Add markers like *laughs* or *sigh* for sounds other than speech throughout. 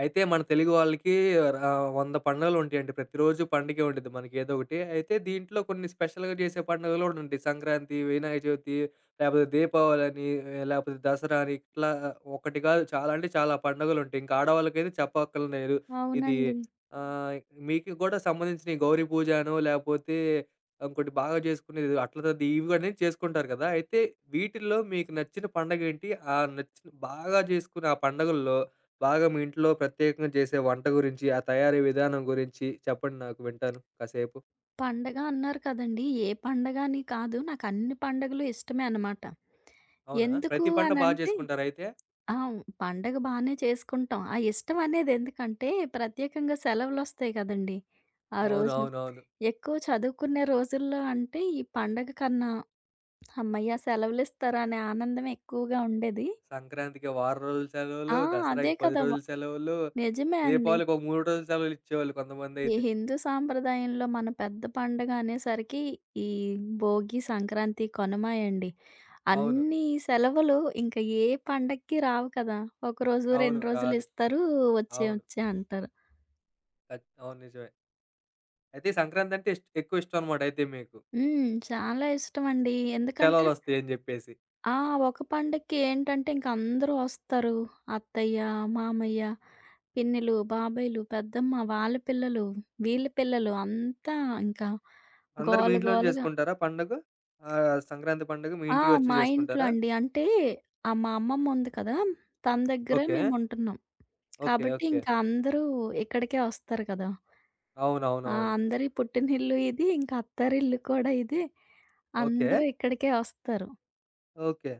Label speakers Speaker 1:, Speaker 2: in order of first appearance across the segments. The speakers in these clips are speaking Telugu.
Speaker 1: అయితే మన తెలుగు వాళ్ళకి 100 పండుగలుంటాయండి. ప్రతిరోజు పండగే ఉండిద్ది మనకేదో ఒకటి. అయితే దీంట్లో కొన్ని స్పెషల్‌గా చేసే పండుగలు గూడా ఉంటాయి. సంక్రాంతి, వినాయక చవితి, లేపోతే దీపావళని, లేపోతే దసరా అని ఇట్లా ఒకటి కాదు చాలా అంటే చాలా పండుగలుంటాయి. ఇంకా ఆడవాళ్ళకైతే చెప్పక్కర్లేదు. ఇది
Speaker 2: అవునండి.
Speaker 1: ఆహ్, మీకు గూడా సంబంధించిన ఈ గౌరీ పూజ అనో, లేపోతే ఇంకోటి బాగా జేసుకునేది అట్ల తద్ది ఇవి అన్నీ చేసుకుంటారు కదా! అయితే వీటిల్లో మీకు నచ్చిన పండగేంటి? ఆ నచ్చిన బాగా జేసుకునే ఆ పండగల్లో బాగా మీ ఇంట్లో ప్రత్యేకంగా చేసే వంట గురించి, ఆ తయారీ విధానం గురించి చెప్పండి నాకు వింటాను కాసేపు.
Speaker 2: పండగ అన్నారు కదండీ! ఏ పండగ అని కాదు. నాకన్ని పండుగలు ఇష్టమే అనమాట.
Speaker 1: అవునా?
Speaker 2: ఎందుకు
Speaker 1: ప్రతి పండగ బా
Speaker 2: అనంటే
Speaker 1: చేసుకుంటారైతే?
Speaker 2: ఆ! పండగ బానే చేసుకుంటాం. ఆ ఇష్టం అనేది ఎందుకంటే ప్రత్యేకంగా సెలవులొస్తాయి కదండీ! ఆ రోజు.
Speaker 1: అవునవునవును.
Speaker 2: ఎక్కువ చదువుకునే రోజుల్లో అంటే ఈ పండగ కన్నా హమ్మయ్య! సెలవులిస్తారా అనే ఆనందం ఎక్కువగా ఉండేది.
Speaker 1: సంక్రాంతికి వారం రోజులు
Speaker 2: ఆ!
Speaker 1: సెలవులు, దసరాకి
Speaker 2: అదే
Speaker 1: 10
Speaker 2: కదా!
Speaker 1: రోజులు సెలవులు,
Speaker 2: నిజమే అండి.
Speaker 1: దీపావళికి ఒక 3 రోజులు సెలవులిచ్చేవాళ్ళు
Speaker 2: ఈ
Speaker 1: కొంతమందైతే.
Speaker 2: హిందూ సాంప్రదాయంలో మన పెద్ద పండగ అనేసరికి ఈ భోగి, సంక్రాంతి, కనుమ అండి.
Speaker 1: అవును.
Speaker 2: అన్ని సెలవులు ఇంకా ఏ పండక్కి రావు కదా! ఒకరోజు,
Speaker 1: అవును.
Speaker 2: 2 రోజులు
Speaker 1: రాదు.
Speaker 2: ఇస్తారు. వచ్చే,
Speaker 1: అవును.
Speaker 2: వచ్చే అంటారు.
Speaker 1: కచ్ అవును. నిజమే. అయితే ఈ సంక్రాంతంటే ఎక్కువ ఇష్టం అనమాట అయితే మీకు.
Speaker 2: హ్మ్. చాలా ఇష్టమండి. ఎందుకంటే
Speaker 1: సెలవులొస్తాయని జెప్పేసి.
Speaker 2: ఆ! ఒక పండక్కి ఏంటంటే ఇంక అందరూ వస్తారు. అత్తయ్య, మామయ్య, పిన్నిలు, బాబాయిలు, పెద్దమ్మ వాళ్ళ పిల్లలు, వీళ్ళ పిల్లలు అంతా ఇంకా
Speaker 1: అందరూ మీ
Speaker 2: గోల
Speaker 1: ఇంట్లోనే
Speaker 2: గోలగా
Speaker 1: చేసుకుంటారా పండగ? సంక్రాంతి పండుగ మీ
Speaker 2: ఆ!
Speaker 1: ఇంటికి వచ్చి
Speaker 2: మా ఇంట్లో
Speaker 1: చేసుకుంటారా?
Speaker 2: అండి. అంటే మా అమ్మమ్మ ఉంది కదా! తన దగ్గరే
Speaker 1: ఓకే.
Speaker 2: మేముంటున్నాం.
Speaker 1: ఓకే.
Speaker 2: కాబట్టి
Speaker 1: ఓకే.
Speaker 2: ఇంకా అందరూ ఇక్కడికే వస్తారు కదా! ఆ!
Speaker 1: అవునవునవును.
Speaker 2: అందరి పుట్టినిల్లు ఇది. ఇంకా అత్తారిల్లు కూడా ఇదే.
Speaker 1: ఓకే.
Speaker 2: అందరూ ఇక్కడికే వస్తారు.
Speaker 1: ఓకే.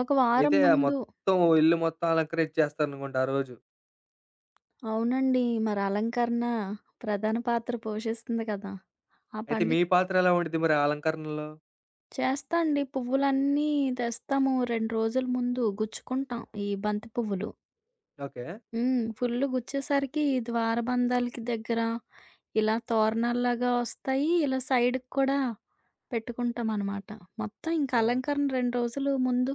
Speaker 2: ఒక వారం
Speaker 1: అయితే ఆ
Speaker 2: ముందు
Speaker 1: మొత్తం ఇల్లు మొత్తం అలంకరించేస్తారనుకుంటా ఆ రోజు.
Speaker 2: అవునండి. మరి అలంకరణ ప్రధాన పాత్ర పోషిస్తుంది కదా! ఆ
Speaker 1: అయితే మీ
Speaker 2: పండుగ
Speaker 1: పాత్ర ఎలా ఉండిద్ది మరి ఆ అలంకరణలో?
Speaker 2: చేస్తా అండి. పువ్వులన్నీ తెస్తాము 2 రోజుల ముందు గుచ్చుకుంటాం ఈ బంతి పువ్వులు.
Speaker 1: ఓకే.
Speaker 2: హ్మ్. ఫుల్లు గుచ్చేసరికి ద్వారబంధాలకి దగ్గర ఇలా తోరణాల్లాగా వస్తాయి. ఇలా సైడ్‌కి కూడా పెట్టుకుంటామనమాట. మొత్తం ఇంక
Speaker 1: ఓహ్!
Speaker 2: అలంకరణ 2 రోజులు ముందు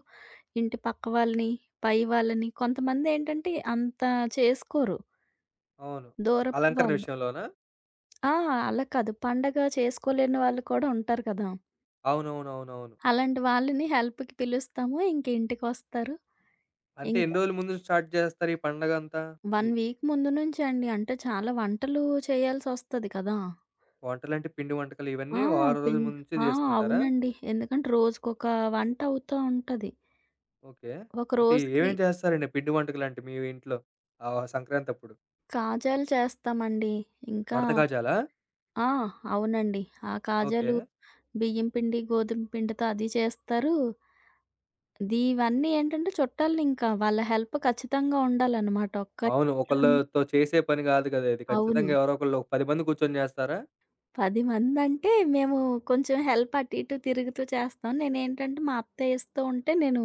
Speaker 2: ఇంటి పక్క వాళ్ళని, పై వాళ్ళని కొంతమందేంటంటే అంత చేసుకోరు.
Speaker 1: అవును.
Speaker 2: దూరపు
Speaker 1: అలంకరణ
Speaker 2: వాళ్ళు.
Speaker 1: విషయంలోనా?
Speaker 2: ఆ! అలా కాదు. పండగ చేసుకోలేని వాళ్ళు కూడా ఉంటారు కదా!
Speaker 1: అవునవునవునవును.
Speaker 2: అలాంటి వాళ్ళని హెల్ప్‌కి పిలుస్తాము. ఇంక ఇంటికొస్తారు.
Speaker 1: అంటే ఎన్ని
Speaker 2: ఇంకా
Speaker 1: రోజుల ముందు స్టార్ట్ చేస్తారు ఈ పండగంతా?
Speaker 2: 1
Speaker 1: ఈ
Speaker 2: వీక్ ముందు నుంచే అండి. అంటే చాలా వంటలు చేయాల్సొస్తది కదా!
Speaker 1: వంటలంటే పిండి వంటకాలు
Speaker 2: ఆ!
Speaker 1: ఇవన్నీ వారం రోజుల
Speaker 2: పిన్
Speaker 1: ముందు నుంచే
Speaker 2: ఆ!
Speaker 1: చేసుకుంటారా?
Speaker 2: అవునండి. ఎందుకంటే రోజుకొక వంట అవుతా ఉంటది.
Speaker 1: ఓకే.
Speaker 2: ఒక
Speaker 1: అంటే
Speaker 2: రోజుకి
Speaker 1: ఏమేం చేస్తారండి పిండి వంటకాలంటే మీ ఇంట్లో? ఆ సంక్రాంతప్పుడు?
Speaker 2: కాజాలు చేస్తామండి. ఇంకా
Speaker 1: మడత గాజాలా?
Speaker 2: ఆ! అవునండి. ఆ
Speaker 1: ఓకే.
Speaker 2: కాజాలు బియ్యం పిండి, గోధుమ పిండితో అది చేస్తారు. ది ఇవన్నీ ఏంటంటే చుట్టాలనింకా వాళ్ళ హెల్ప్ ఖచ్చితంగా ఉండాలనమాట. ఒక్క
Speaker 1: అవును.
Speaker 2: ఇంట్లోని
Speaker 1: ఒకళ్ళతో చేసే పని గాదు గదా! ఇది.
Speaker 2: అవును.
Speaker 1: ఖచ్చితంగా ఎవరో ఒకళ్ళు ఒక 10 మంది కూర్చొని జేస్తారా?
Speaker 2: 10 మందంటే మేము కొంచెం హెల్ప్ అటు ఇటు తిరుగుతూ చేస్తాం. నేనేంటంటే మా అత్తయ్య ఇస్తూ ఉంటే నేను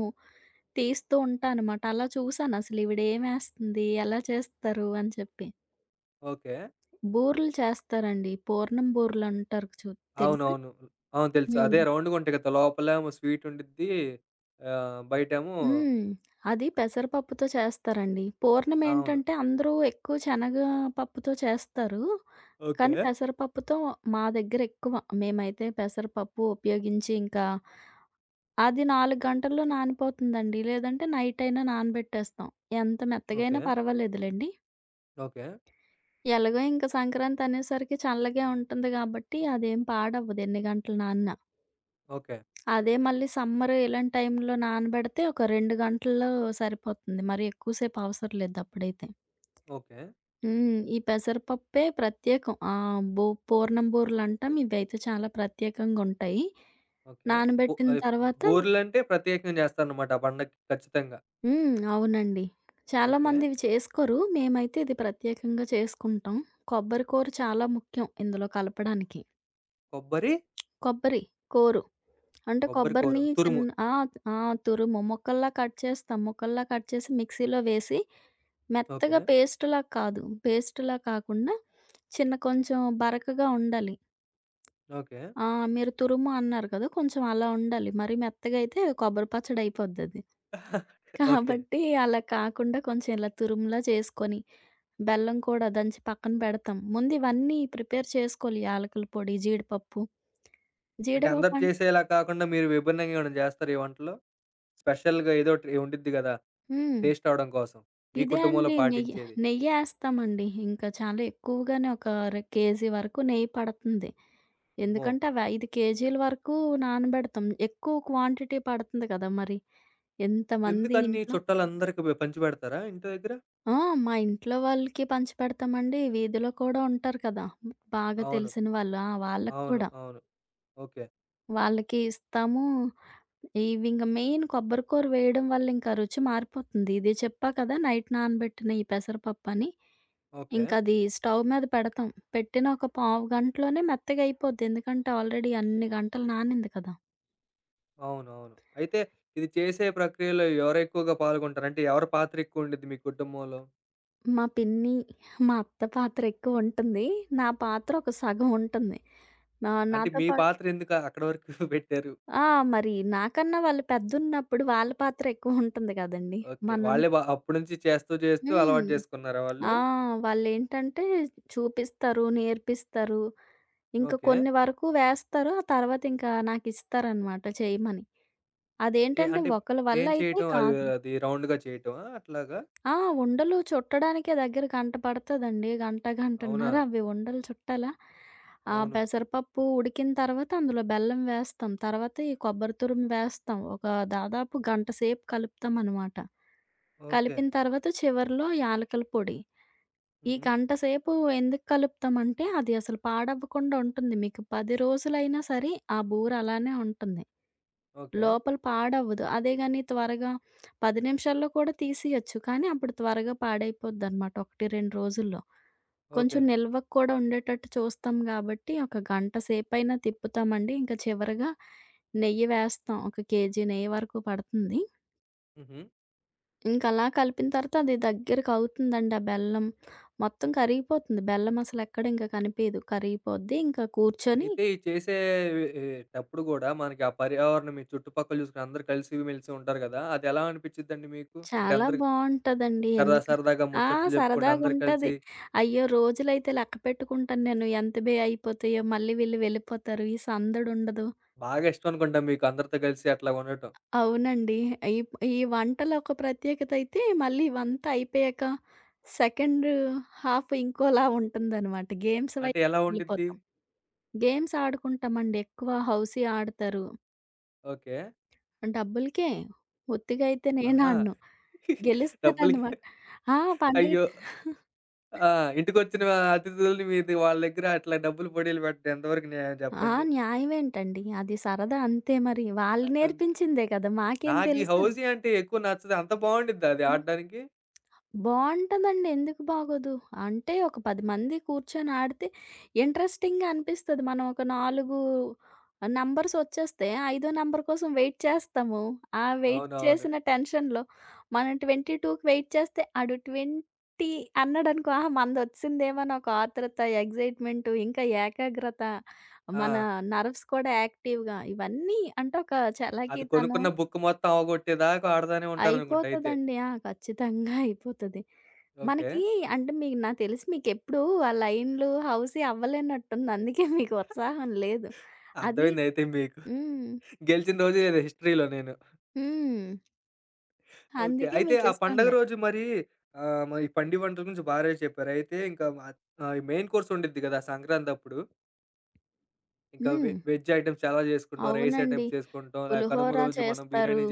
Speaker 2: తీస్తూ ఉంటా అనమాట. అలా చూసానసలు ఈవిడేమేస్తుంది? ఎలా చేస్తారు? అని చెప్పి.
Speaker 1: ఓకే.
Speaker 2: బూరెలు చేస్తారండి. పూర్ణం బూరెలంటారు చు తెలుసా?
Speaker 1: అవునవును. అవును తెలుసు. అదే
Speaker 2: హ్మ్.
Speaker 1: రౌండ్‌గా ఉంటాయి కదా! లోపలేమో స్వీట్ ఉండిద్ది. బయటేమో
Speaker 2: హ్మ్. అది పెసరపప్పుతో చేస్తారండి.
Speaker 1: అవును.
Speaker 2: పూర్ణమేంటంటే అందరూ ఎక్కువ శనగ పప్పుతో చేస్తారు.
Speaker 1: ఓకే.
Speaker 2: కానీ పెసరపప్పుతో మా దగ్గర ఎక్కువ. మేమైతే పెసరపప్పు ఉపయోగించి ఇంకా అది 4 గంటల్లో నానిపోతుందండి. లేదంటే నైట్ అయినా నానబెట్టేస్తాం. ఎంత
Speaker 1: ఓకే.
Speaker 2: మెత్తగైనా పర్వాలేదులెండి.
Speaker 1: ఓకే.
Speaker 2: ఎలాగో ఇంక సంక్రాంతి అనేసరికి చల్లగే ఉంటుంది గాబట్టి అదేం పాడవ్వదు ఎన్ని గంటలు నానినా.
Speaker 1: ఓకే.
Speaker 2: అదే మళ్ళీ సమ్మర్ ఇలాంటి టైంలో నానబెడితే ఒక 2 గంటల్లో సరిపోతుంది. మరి ఎక్కువ సేపు అవసరం లేదు అప్పుడైతే.
Speaker 1: ఓకే.
Speaker 2: హ్మ్. ఈ పెసరపప్పే ప్రత్యేకం. బో పూర్ణం బూరలంటాం. ఇవైతే చాలా ప్రత్యేకంగుంటాయి.
Speaker 1: ఓకే. బూ
Speaker 2: నానబెట్టిన
Speaker 1: ఆహ్,
Speaker 2: తర్వాత
Speaker 1: బూరెలంటే ప్రత్యేకంగా జేస్తారనమాట ఆ పండక్కి ఖచ్చితంగా.
Speaker 2: హ్మ్. అవునండి.
Speaker 1: ఓకే.
Speaker 2: చాలామంది ఇవి చేసుకోరు. మేమైతే ఇది ప్రత్యేకంగా చేసుకుంటాం. కొబ్బరి కూర చాలా ముఖ్యం ఇందులో కలపడానికి.
Speaker 1: కొబ్బరి,
Speaker 2: కొబ్బరి, కోరు. అంటే
Speaker 1: కొబ్బరి కూర,
Speaker 2: కొబ్బరిని
Speaker 1: తురుము.
Speaker 2: చిన్న ఆ! ఆ! తురుము ముక్కల్లా కట్ చేస్తాం. ముక్కల్లా కట్ చేసి మిక్సీలో వేసి
Speaker 1: ఓకే.
Speaker 2: మెత్తగా పేస్ట్‌లా కాదు. పేస్ట్‌లా కాకుండా చిన్న కొంచెం బరకగా ఉండాలి.
Speaker 1: ఓకే.
Speaker 2: ఆ! మీరు తురుము అన్నారు కదా! కొంచెం అలా ఉండాలి. మరీ మెత్తగా అయితే కొబ్బరి పచ్చడి అయిపోద్దది.
Speaker 1: *laughs* ఓకే.
Speaker 2: కాబట్టి అలా కాకుండా కొంచెం ఇలా తురుములా చేసుకొని, బెల్లం కూడా దంచి పక్కన పెడతాం. ముందు ఇవన్నీ ప్రిపేర్ చేసుకోవాలి. యాలకుల పొడి, జీడిపప్పు.
Speaker 1: అంటే అందరూ
Speaker 2: జీడిపప్పు అం
Speaker 1: చేసేలా కాకుండా మీరు విభిన్నంగా ఏమైనా జేస్తారా ఈ వంటలు? స్పెషల్‌గా ఏదోటి ఉండిద్ది గదా!
Speaker 2: హ్మ్.
Speaker 1: టేస్ట్ అవ్వడం కోసం. మీ
Speaker 2: ఇదే
Speaker 1: కుటుంబంలో
Speaker 2: అండి.
Speaker 1: పాటించేది?
Speaker 2: నెయ్యేస్తామండి. ఇంకా చాలా ఎక్కువగానే ఒక అర కేజీ వరకు నెయ్యి పడుతుంది.
Speaker 1: అమ్మో!
Speaker 2: ఎందుకంటే అవి 5 కేజీల వరకు నానబెడతాం. ఎక్కువ క్వాంటిటీ పడుతుంది కదా! మరి ఎంతమంది
Speaker 1: ఎందుకన్ని
Speaker 2: ఇంట్లో
Speaker 1: చుట్టాలందరికి పంచిపెడతారా ఇంటి దగ్గర?
Speaker 2: ఆ! మా ఇంట్లో వాళ్ళకి పంచిపెడతామండి. వీధిలో కూడా ఉంటారు కదా! బాగా
Speaker 1: అవును.
Speaker 2: తెలిసిన వాళ్ళు. ఆ! వాళ్ళకి
Speaker 1: అవును.
Speaker 2: కూడా.
Speaker 1: అవును. ఓకే.
Speaker 2: వాళ్ళకి ఇస్తాము. ఇవి ఇంక మెయిన్ కొబ్బరి కూర వేయడం వల్ల ఇంకా రుచి మారిపోతుంది. ఇది చెప్పా కదా! నైట్ నానబెట్టిన ఈ పెసరపప్పని.
Speaker 1: ఓకే.
Speaker 2: ఇంకది స్టవ్ మీద పెడతాం. పెట్టిన ఒక పావు గంటలోనే మెత్తగయిపోద్ది. ఎందుకంటే ఆల్రెడీ అన్ని గంటలు నానింది కదా!
Speaker 1: అవును. అవును. అయితే ఇది చేసే ప్రక్రియలో ఎవరెక్కువగా పాల్గొంటారు? అంటే ఎవరి పాత్ర ఎక్కువుండిద్ది మీ కుటుంబంలో?
Speaker 2: మా పిన్ని, మా అత్త పాత్ర ఎక్కువుంటుంది. నా పాత్ర ఒక సగం ఉంటుంది.
Speaker 1: అంటే
Speaker 2: నాతో
Speaker 1: మీ
Speaker 2: పాటు
Speaker 1: పాత్ర ఎందుకు అక్కడి వరకు *laughs* పెట్టారు?
Speaker 2: ఆ! మరి నాకన్నా వాళ్ళు పెద్దున్నప్పుడు వాళ్ళ పాత్ర ఎక్కువుంటుంది గదండీ!
Speaker 1: ఓకే.
Speaker 2: మనం
Speaker 1: వాళ్ళే బా అప్పటి నుంచి చేస్తూ చేస్తూ అలవాటు
Speaker 2: హ్మ్.
Speaker 1: చేసుకున్నారా వాళ్ళు?
Speaker 2: ఆ! వాళ్ళేంటంటే చూపిస్తారు, నేర్పిస్తారు. ఇంక
Speaker 1: ఓకే.
Speaker 2: కొన్ని వరకు వేస్తారు. ఆ తర్వాతింకా నాకిస్తారనమాట చేయమని.
Speaker 1: చే
Speaker 2: అదేంటంటే
Speaker 1: అంటే
Speaker 2: ఒకళ్ళ వల్ల
Speaker 1: ఏం
Speaker 2: అయితే
Speaker 1: చేయటం? అది
Speaker 2: కాదు.
Speaker 1: అది రౌండ్‌గా చేయటమా? అట్లాగా?
Speaker 2: ఆ! ఉండలు చుట్టడానికే దగ్గర గంట పడతదండి. గంట,
Speaker 1: అవునా?
Speaker 2: గంటన్నర అవి ఉండలు చుట్టాలా, ఆ
Speaker 1: అవును.
Speaker 2: పెసరపప్పు ఉడికిన తర్వాత అందులో బెల్లం వేస్తాం. తర్వాత ఈ కొబ్బరి తురుము వేస్తాం. ఒక దాదాపు గంట సేపు కలుపుతామనమాట.
Speaker 1: ఓకే.
Speaker 2: కలిపిన తర్వాత చివరిలో యాలకుల పొడి. ఈ
Speaker 1: హుహు.
Speaker 2: గంట సేపు ఎందుకు కలుపుతామంటే, అది అసలు పాడవ్వకుండా ఉంటుంది. మీకు 10 రోజులైనా సరే ఆ బూర అలానే ఉంటుంది.
Speaker 1: ఓకే.
Speaker 2: లోపల పాడవ్వదు. అదే గాని త్వరగా 10 నిమిషాల్లో కూడా తీసియొచ్చు. కానీ అప్పుడు త్వరగా పాడైపోద్దనమాట. 1, 2 రోజుల్లో.
Speaker 1: ఓకే.
Speaker 2: కొంచెం నిల్వకు కూడా ఉండేటట్టు చూస్తాం గాబట్టి, ఒక గంట సేపైనా తిప్పుతామండి. ఇంకా చివరగా నెయ్యి వేస్తాం. ఒక కేజీ నెయ్యి వరకు పడుతుంది.
Speaker 1: హుహు.
Speaker 2: ఇంకలా కలిపిన తర్వాత అది దగ్గరకవుతుందండి ఆ బెల్లం. మొత్తం కరిగిపోతుంది. బెల్లం అసలెక్కడ ఇంక కనిపియదు. కరిగిపోద్ది. ఇంకా కూర్చొని
Speaker 1: అయితే ఈ చేసే ఎ టప్పుడు గూడా మనకి ఆ పర్యావరణం మీ చుట్టుపక్కల చూసుకొని అందరూ కలిసి మెలిసి ఉంటారు గదా! అదెలా అనిపిచ్చిద్దండి మీకు? అంటే
Speaker 2: చాలా
Speaker 1: అందరూ
Speaker 2: బావుంటదండి.
Speaker 1: సరదా
Speaker 2: ఎందుక
Speaker 1: సరదాగా
Speaker 2: ఆ!
Speaker 1: ముచ్చట్లు జెప్పుకుంటూ అందరూ
Speaker 2: సరదాగుంటది.
Speaker 1: కలిసి
Speaker 2: అయ్యో! రోజులైతే లెక్క పెట్టుకుంటాను నేను. ఎంత బే అయిపోతాయో, మళ్ళీ వీళ్ళు వెళ్ళిపోతారు, ఈ సందడుండదు.
Speaker 1: బాగా ఇష్టం అనుకుంటా మీకు అందరితో కలిసి అట్లా ఉండటం.
Speaker 2: అవునండి. ఈ ఈ వంటలో ఒక ప్రత్యేకతయితే, మళ్ళీ ఇవంతా అయిపోయాక సెకండ్ హాఫ్ ఇంకోలా ఉంటుందనమాట. గేమ్స్
Speaker 1: అంటే
Speaker 2: వైపు
Speaker 1: ఎలా ఉండిద్ది?
Speaker 2: వెళ్ళిపోతాం. గేమ్స్ ఆడుకుంటామండి. ఎక్కువ హౌసీ ఆడతారు.
Speaker 1: ఓకే.
Speaker 2: డబ్బులకే. ఉత్తిగా అయితే
Speaker 1: ఆహా!
Speaker 2: నేనాడను.
Speaker 1: డబ్బులకి
Speaker 2: గెలుస్తాననమాట. ఆ! పండగ
Speaker 1: అయ్యో! ఆ! ఇంటికొచ్చిన అతిథులని మీది వాళ్ళ దగ్గర అట్లా డబ్బులు పోడీలు పెట్టడం ఎంతవరకు న్యాయం
Speaker 2: ఆ!
Speaker 1: జెప్పండి?
Speaker 2: న్యాయమేంటండి? అది సరదా అంతే మరి.
Speaker 1: అ
Speaker 2: వాళ్ళు
Speaker 1: అన్
Speaker 2: నేర్పించిందే కదా! మాకేం
Speaker 1: నాకీ
Speaker 2: తెలుసు?
Speaker 1: హౌసీ అంటే ఎక్కువ నచ్చదు. అంత బావుండిద్దా అది
Speaker 2: హ్మ్.
Speaker 1: ఆడడానికి?
Speaker 2: బావుంటదండి. ఎందుకు బాగోదు? అంటే ఒక 10 మంది కూర్చొని ఆడితే ఇంట్రెస్టింగ్‌గా అనిపిస్తది. మనం ఒక 4 నంబర్స్ ఒచ్చేస్తే, ఐదో నంబర్ కోసం వెయిట్ చేస్తాము. ఆ వెయిట్
Speaker 1: అవునవును.
Speaker 2: చేసిన టెన్షన్‌లో మనం 22కి వెయిట్ చేస్తే ఆడు 20 అన్నాడనుకో, ఆహా! మనదొచ్చిందేమో అని ఒక ఆతృత, ఎగ్జైట్‌మెంట్ ఇంకా ఏకాగ్రత,
Speaker 1: ఆ!
Speaker 2: మన నర్వ్స్ కూడా యాక్టివ్‌గా ఇవన్నీ అంటే ఒక
Speaker 1: అది
Speaker 2: చలాకీతనం
Speaker 1: కొనుక్కున్న బుక్ మొత్తం అవ్వగొట్టేదాకా ఆడతానే ఉంటారనుకుంటా అయితే.
Speaker 2: అయిపోతదండి. ఆ! ఖచ్చితంగా అయిపోతది.
Speaker 1: ఓకే.
Speaker 2: మనకి అంటే మీకు నాకు తెలిసి మీకెప్పుడూ ఆ లైన్‌లు, హౌసీ అవ్వలేనట్టుంది. అందుకే మీకు ఉత్సాహం లేదు. అది
Speaker 1: అర్థమైందయితే మీకు.
Speaker 2: హ్మ్.
Speaker 1: గెలిచిన రోజు ఇది హిస్టరీలో నేను.
Speaker 2: హ్మ్.
Speaker 1: ఓకే.
Speaker 2: అందుకే
Speaker 1: అయితే ఆ పండగ
Speaker 2: మీకిష్టంలే.
Speaker 1: రోజు మరి మరి వంటల గురించి బానే చెప్పారు. అయితే ఇంకా ఈ మెయిన్ కోర్స్ ఉండిద్ది కదా! సంక్రాంతప్పుడు. ఇంకా
Speaker 2: హ్మ్.
Speaker 1: వెజ్ ఐటెమ్స్ చాలా చేసుకుంటాం. రైస్
Speaker 2: అవునండి.
Speaker 1: ఐటెమ్స్ చేసుకుంటాం.
Speaker 2: పులిహోర
Speaker 1: కనుమ రోజు మనం
Speaker 2: చేస్తారు.
Speaker 1: బిర్యానీ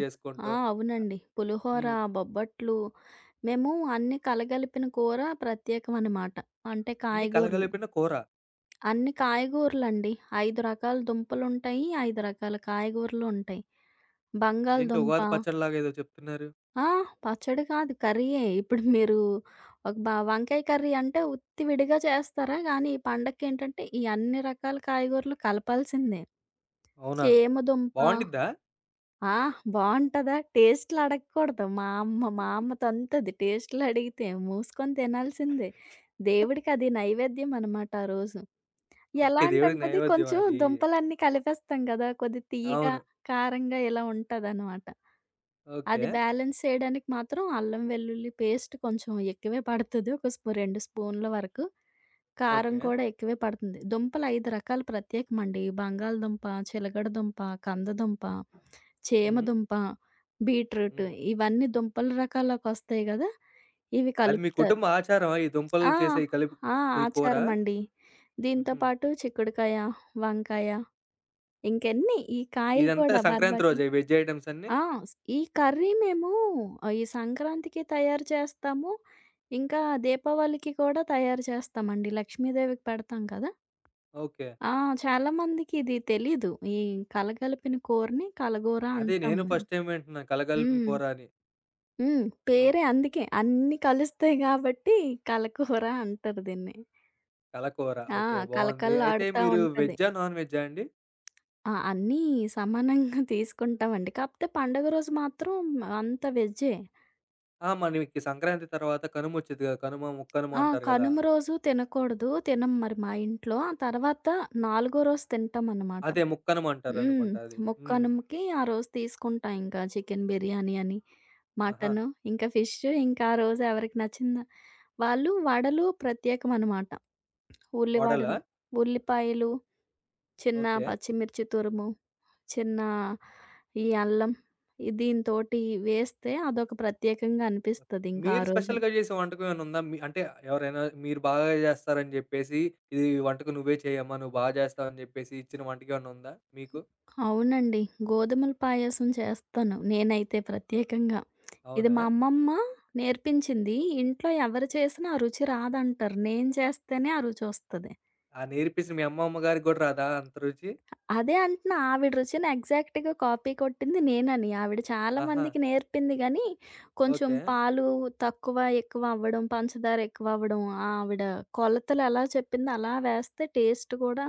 Speaker 2: ఆ!
Speaker 1: చేసుకుంటాం.
Speaker 2: అవునండి. పులిహోర,
Speaker 1: హ్మ్.
Speaker 2: బొబ్బట్లు మేము అన్ని కలగలిపిన కూర ప్రత్యేకమనమాట. అంటే
Speaker 1: అన్నీ
Speaker 2: కాయగూరలు.
Speaker 1: కలగలిపిన కూర.
Speaker 2: అన్ని కాయగూరలండి. 5 రకాల దుంపలుంటాయి. 5 రకాల కాయగూరలుంటాయి.
Speaker 1: ఇదేంటి
Speaker 2: బంగాళదుంప
Speaker 1: ఉగాది పచ్చడిలాగా ఏదో చెప్తున్నారు.
Speaker 2: ఆ! పచ్చడి కాదు కర్రీయే. ఇప్పుడు మీరు ఒక బ వంకాయ కర్రీ అంటే ఉత్తి విడిగా చేస్తారా? కానీ ఈ పండక్కేంటంటే ఈ అన్ని రకాల కాయగూరలు కలపాల్సిందే.
Speaker 1: అవునా?
Speaker 2: చేమదుంప
Speaker 1: బావుండిద్దా?
Speaker 2: ఆ! బావుంటదా? టేస్ట్‌లు అడగకూడదు. మా అమ్మ తంతది టేస్ట్‌లు అడిగితే. మూసుకొని తినాల్సిందే. దేవుడికి అది నైవేద్యం అనమాట ఆ రోజు. ఎలా
Speaker 1: ఓకే. దేవుడికి
Speaker 2: అంటంటది
Speaker 1: నైవేద్యం
Speaker 2: కొంచెం
Speaker 1: అది.
Speaker 2: దుంపలన్నీ కలిపేస్తాం గదా! కొద్దిగా తియ్యగా,
Speaker 1: అవును.
Speaker 2: కారంగా ఇలా ఉంటదనమాట.
Speaker 1: ఓకే.
Speaker 2: అది బ్యాలెన్స్ చేయడానికి మాత్రం అల్లం, వెల్లుల్లి పేస్ట్ కొంచెం ఎక్కువే పడతది. ఒక స్పూ 2 స్పూన్ల వరకు. కారం
Speaker 1: ఓకే.
Speaker 2: కూడా ఎక్కువే పడుతుంది. దుంపలు 5 రకాలు ప్రత్యేకమండి. బంగాళదుంప, చిలగడ దుంప, కందదుంప,
Speaker 1: హ్మ్.
Speaker 2: చేమదుంప, బీట్రూట్
Speaker 1: హ్మ్.
Speaker 2: ఇవన్నీ దుంపల రకాలకొస్తాయి గదా! ఇవి
Speaker 1: అది మీ
Speaker 2: కలుపుతారు.
Speaker 1: కుటుంబ ఆచారమా? ఈ దుంపలు
Speaker 2: ఆ!
Speaker 1: చేసే ఈ కలిపి
Speaker 2: ఆ!
Speaker 1: ఈ కూర?
Speaker 2: ఆచారమండి. దీంతో
Speaker 1: హుహు.
Speaker 2: పాటు చిక్కుడుకాయ, వంకాయ ఇంకెన్ని ఈ కాయలు
Speaker 1: ఇదంతా
Speaker 2: కూడా
Speaker 1: సంక్రాంతి
Speaker 2: బర్బటి.
Speaker 1: రోజా ఈ వెజ్ ఐటెమ్స్ అన్నీ?
Speaker 2: ఆ! స్ ఈ కర్రీ మేము ఈ సంక్రాంతికి తయారు చేస్తాము. ఇంకా దీపావళికి కూడా తయారు చేస్తామండి. లక్ష్మీదేవికి పెడతాం కదా!
Speaker 1: ఓకే.
Speaker 2: ఆ! చాలామందికి ఇది తెలీదు. ఈ కలగలిపిన కూరని కలగూర
Speaker 1: అదే
Speaker 2: అంటాం
Speaker 1: నేను
Speaker 2: మేము.
Speaker 1: ఫస్ట్ టైమ్ వింటున్నా కలగలిపిన
Speaker 2: హ్మ్.
Speaker 1: కూర అని.
Speaker 2: హ్మ్.
Speaker 1: ఓహ్!
Speaker 2: పేరే అందుకే. అన్నీ కలుస్తాయి కాబట్టి కలకూర అంటారు దీన్ని.
Speaker 1: కలకూర.
Speaker 2: ఆ!
Speaker 1: ఓకే. బావుంది. అయితే
Speaker 2: కలకల్లాడుతా
Speaker 1: మీరు
Speaker 2: ఉంటది.
Speaker 1: వెజ్జా? నాన్ వెజ్జా అండి?
Speaker 2: ఆ! అన్నీ సమానంగా తీసుకుంటామండి. కాపోతే పండుగ రోజు మాత్రం అంతా వెజ్జే.
Speaker 1: ఆ! మనకి సంక్రాంతి తర్వాత కనుమొచ్చిద్ది కదా! కనుమ, ముక్కనుమ
Speaker 2: ఆ!
Speaker 1: అంటారు కదా!
Speaker 2: కనుమ రోజు తినకూడదు. తినం మరి మా ఇంట్లో. ఆ తర్వాత నాలుగో రోజు తింటామనమాట.
Speaker 1: అదే ముక్కనుమ
Speaker 2: హ్మ్.
Speaker 1: అంటారనుకుంటా అది. హ్మ్.
Speaker 2: ముక్కనుమకి ఆ రోజు తీసుకుంటా ఇంకా చికెన్ బిర్యానీ అని,
Speaker 1: ఆహా!
Speaker 2: మటను, ఇంకా ఫిష్ ఇంకా ఆ రోజు ఎవరికి నచ్చిందా వాళ్ళు వడలు ప్రత్యేకమనమాట. ఉల్లి
Speaker 1: వడలా?
Speaker 2: వడలు, ఉల్లిపాయలు, చిన్న
Speaker 1: ఓకే.
Speaker 2: పచ్చిమిర్చి తురుము, చిన్న ఈ అల్లం, దీనితోటి వేస్తే అదొక ప్రత్యేకంగా అనిపిస్తదింకా
Speaker 1: మీరు
Speaker 2: ఆ రోజు.
Speaker 1: స్పెషల్‌గా చేసే వంటకం ఏమైనా ఉందా? మీ అంటే ఎవరైనా మీరు బాగా చేస్తారని జెప్పేసి, "ఇది వంటకం నువ్వే చేయమ్మా, నువ్వు బాగా చేస్తావని" జెప్పేసి ఇచ్చిన వంటకేమన్నా ఉందా మీకు?
Speaker 2: అవునండి. గోధుమల పాయసం చేస్తాను. నేనైతే ప్రత్యేకంగా. ఇది
Speaker 1: అవునా?
Speaker 2: మా అమ్మమ్మ నేర్పించింది. ఇంట్లో ఎవరు చేసినా ఆ రుచి రాదంటారు. నేను చేస్తేనే ఆ రుచొస్తది.
Speaker 1: ఆ నేర్పించిన మీ అమ్మమ్మ గారికి గూడా రాదా అంత రుచి?
Speaker 2: అదే అంటున్నా ఆవిడ రుచిని ఎగ్జాక్ట్‌గా కాపీ కొట్టింది నేనని. ఆవిడ చాలా
Speaker 1: ఆహా!
Speaker 2: మందికి నేర్పింది గానీ, కొంచెం
Speaker 1: ఓకే.
Speaker 2: పాలు తక్కువ, ఎక్కువ అవ్వడం, పంచదార ఎక్కువ అవ్వడం, ఆవిడ కొలతలు ఎలా చెప్పిందో అలా వేస్తే టేస్ట్ కూడా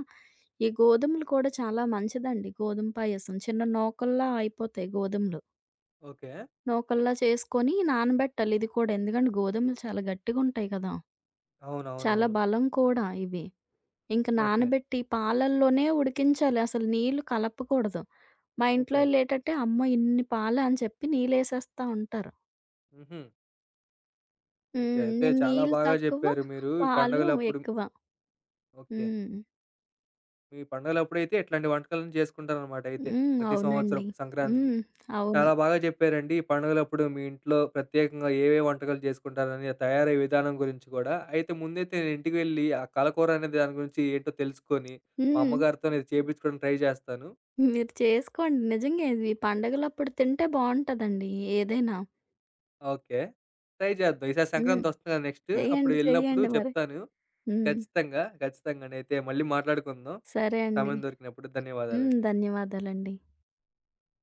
Speaker 2: ఈ గోధుమలు కూడా చాలా మంచిదండి. గోధుమ పాయసం. చిన్న నూకల్లా అయిపోతాయి గోధుమలు.
Speaker 1: ఓకే.
Speaker 2: నూకల్లా చేసుకొని నానబెట్టాలి ఇది కూడా. ఎందుకంటే గోధుమలు చాలా గట్టిగుంటాయి కదా! చాలా
Speaker 1: అవునవునవును.
Speaker 2: బలం కూడా ఇవి. ఇంక
Speaker 1: ఓకే.
Speaker 2: నానబెట్టి పాలల్లోనే ఉడికించాలి. అసలు నీళ్లు కలపకూడదు. మా ఇంట్లో
Speaker 1: ఓకే.
Speaker 2: ఈళ్ళేటంటే "అమ్మో! ఇన్ని పాలా" అని చెప్పి నీళ్ళేసేస్తా ఉంటారు.
Speaker 1: హుహు. ఓకే.
Speaker 2: హ్మ్.
Speaker 1: అయితే
Speaker 2: నేను
Speaker 1: చాలా
Speaker 2: నీళ్ళు
Speaker 1: బాగా
Speaker 2: తక్కువ,
Speaker 1: జెప్పారు మీరు. ఈ
Speaker 2: పాలు
Speaker 1: పండగలప్పుడు
Speaker 2: ఎక్కువ.
Speaker 1: ఓకే.
Speaker 2: హ్మ్.
Speaker 1: మీ పండగలప్పుడైతే ఇట్లాంటి వంటకాలను చేసుకుంటారనమాట అయితే.
Speaker 2: హ్మ్.
Speaker 1: ప్రతి సంవత్సరం
Speaker 2: అవునండి.
Speaker 1: సంక్రాంతికి.
Speaker 2: హ్మ్. అవును.
Speaker 1: చాలా బాగా చెప్పారండి. ఈ పండుగలప్పుడు మీ ఇంట్లో ప్రత్యేకంగా ఏవే వంటకాలు చేసుకుంటారని, ఆ తయారయ్యే విధానం గురించి గూడా. అయితే ముందైతే నేను ఇంటికి వెళ్లి ఆ కలకూర అనే దాని గురించి ఏంటో తెలుసుకొని, మా
Speaker 2: హ్మ్.
Speaker 1: అమ్మగారితో నేను చేపించుకోవడానికి ట్రై చేస్తాను.
Speaker 2: మీరు చేసుకోండి. నిజంగా ఇవి పండగలప్పుడు తింటే బావుంటదండి ఏదైనా.
Speaker 1: ఓకే. ట్రై చేద్దాం. ఈసారి
Speaker 2: హ్మ్.
Speaker 1: సంక్రాంతొస్తుంది కదా నెక్స్ట్. అప్పుడు
Speaker 2: చెయ్యండి.
Speaker 1: వెళ్ళినప్పుడు
Speaker 2: చెయ్యండి మరి.
Speaker 1: చెప్తాను.
Speaker 2: హ్మ్.
Speaker 1: ఖచ్చితంగా. ఖచ్చితంగా. అయితే మళ్ళీ మాట్లాడుకుందాం.
Speaker 2: సరే అండి.
Speaker 1: సమయం దొరికినప్పుడు.
Speaker 2: హ్మ్.
Speaker 1: ధన్యవాదాలండి.
Speaker 2: ధన్యవాదాలండి.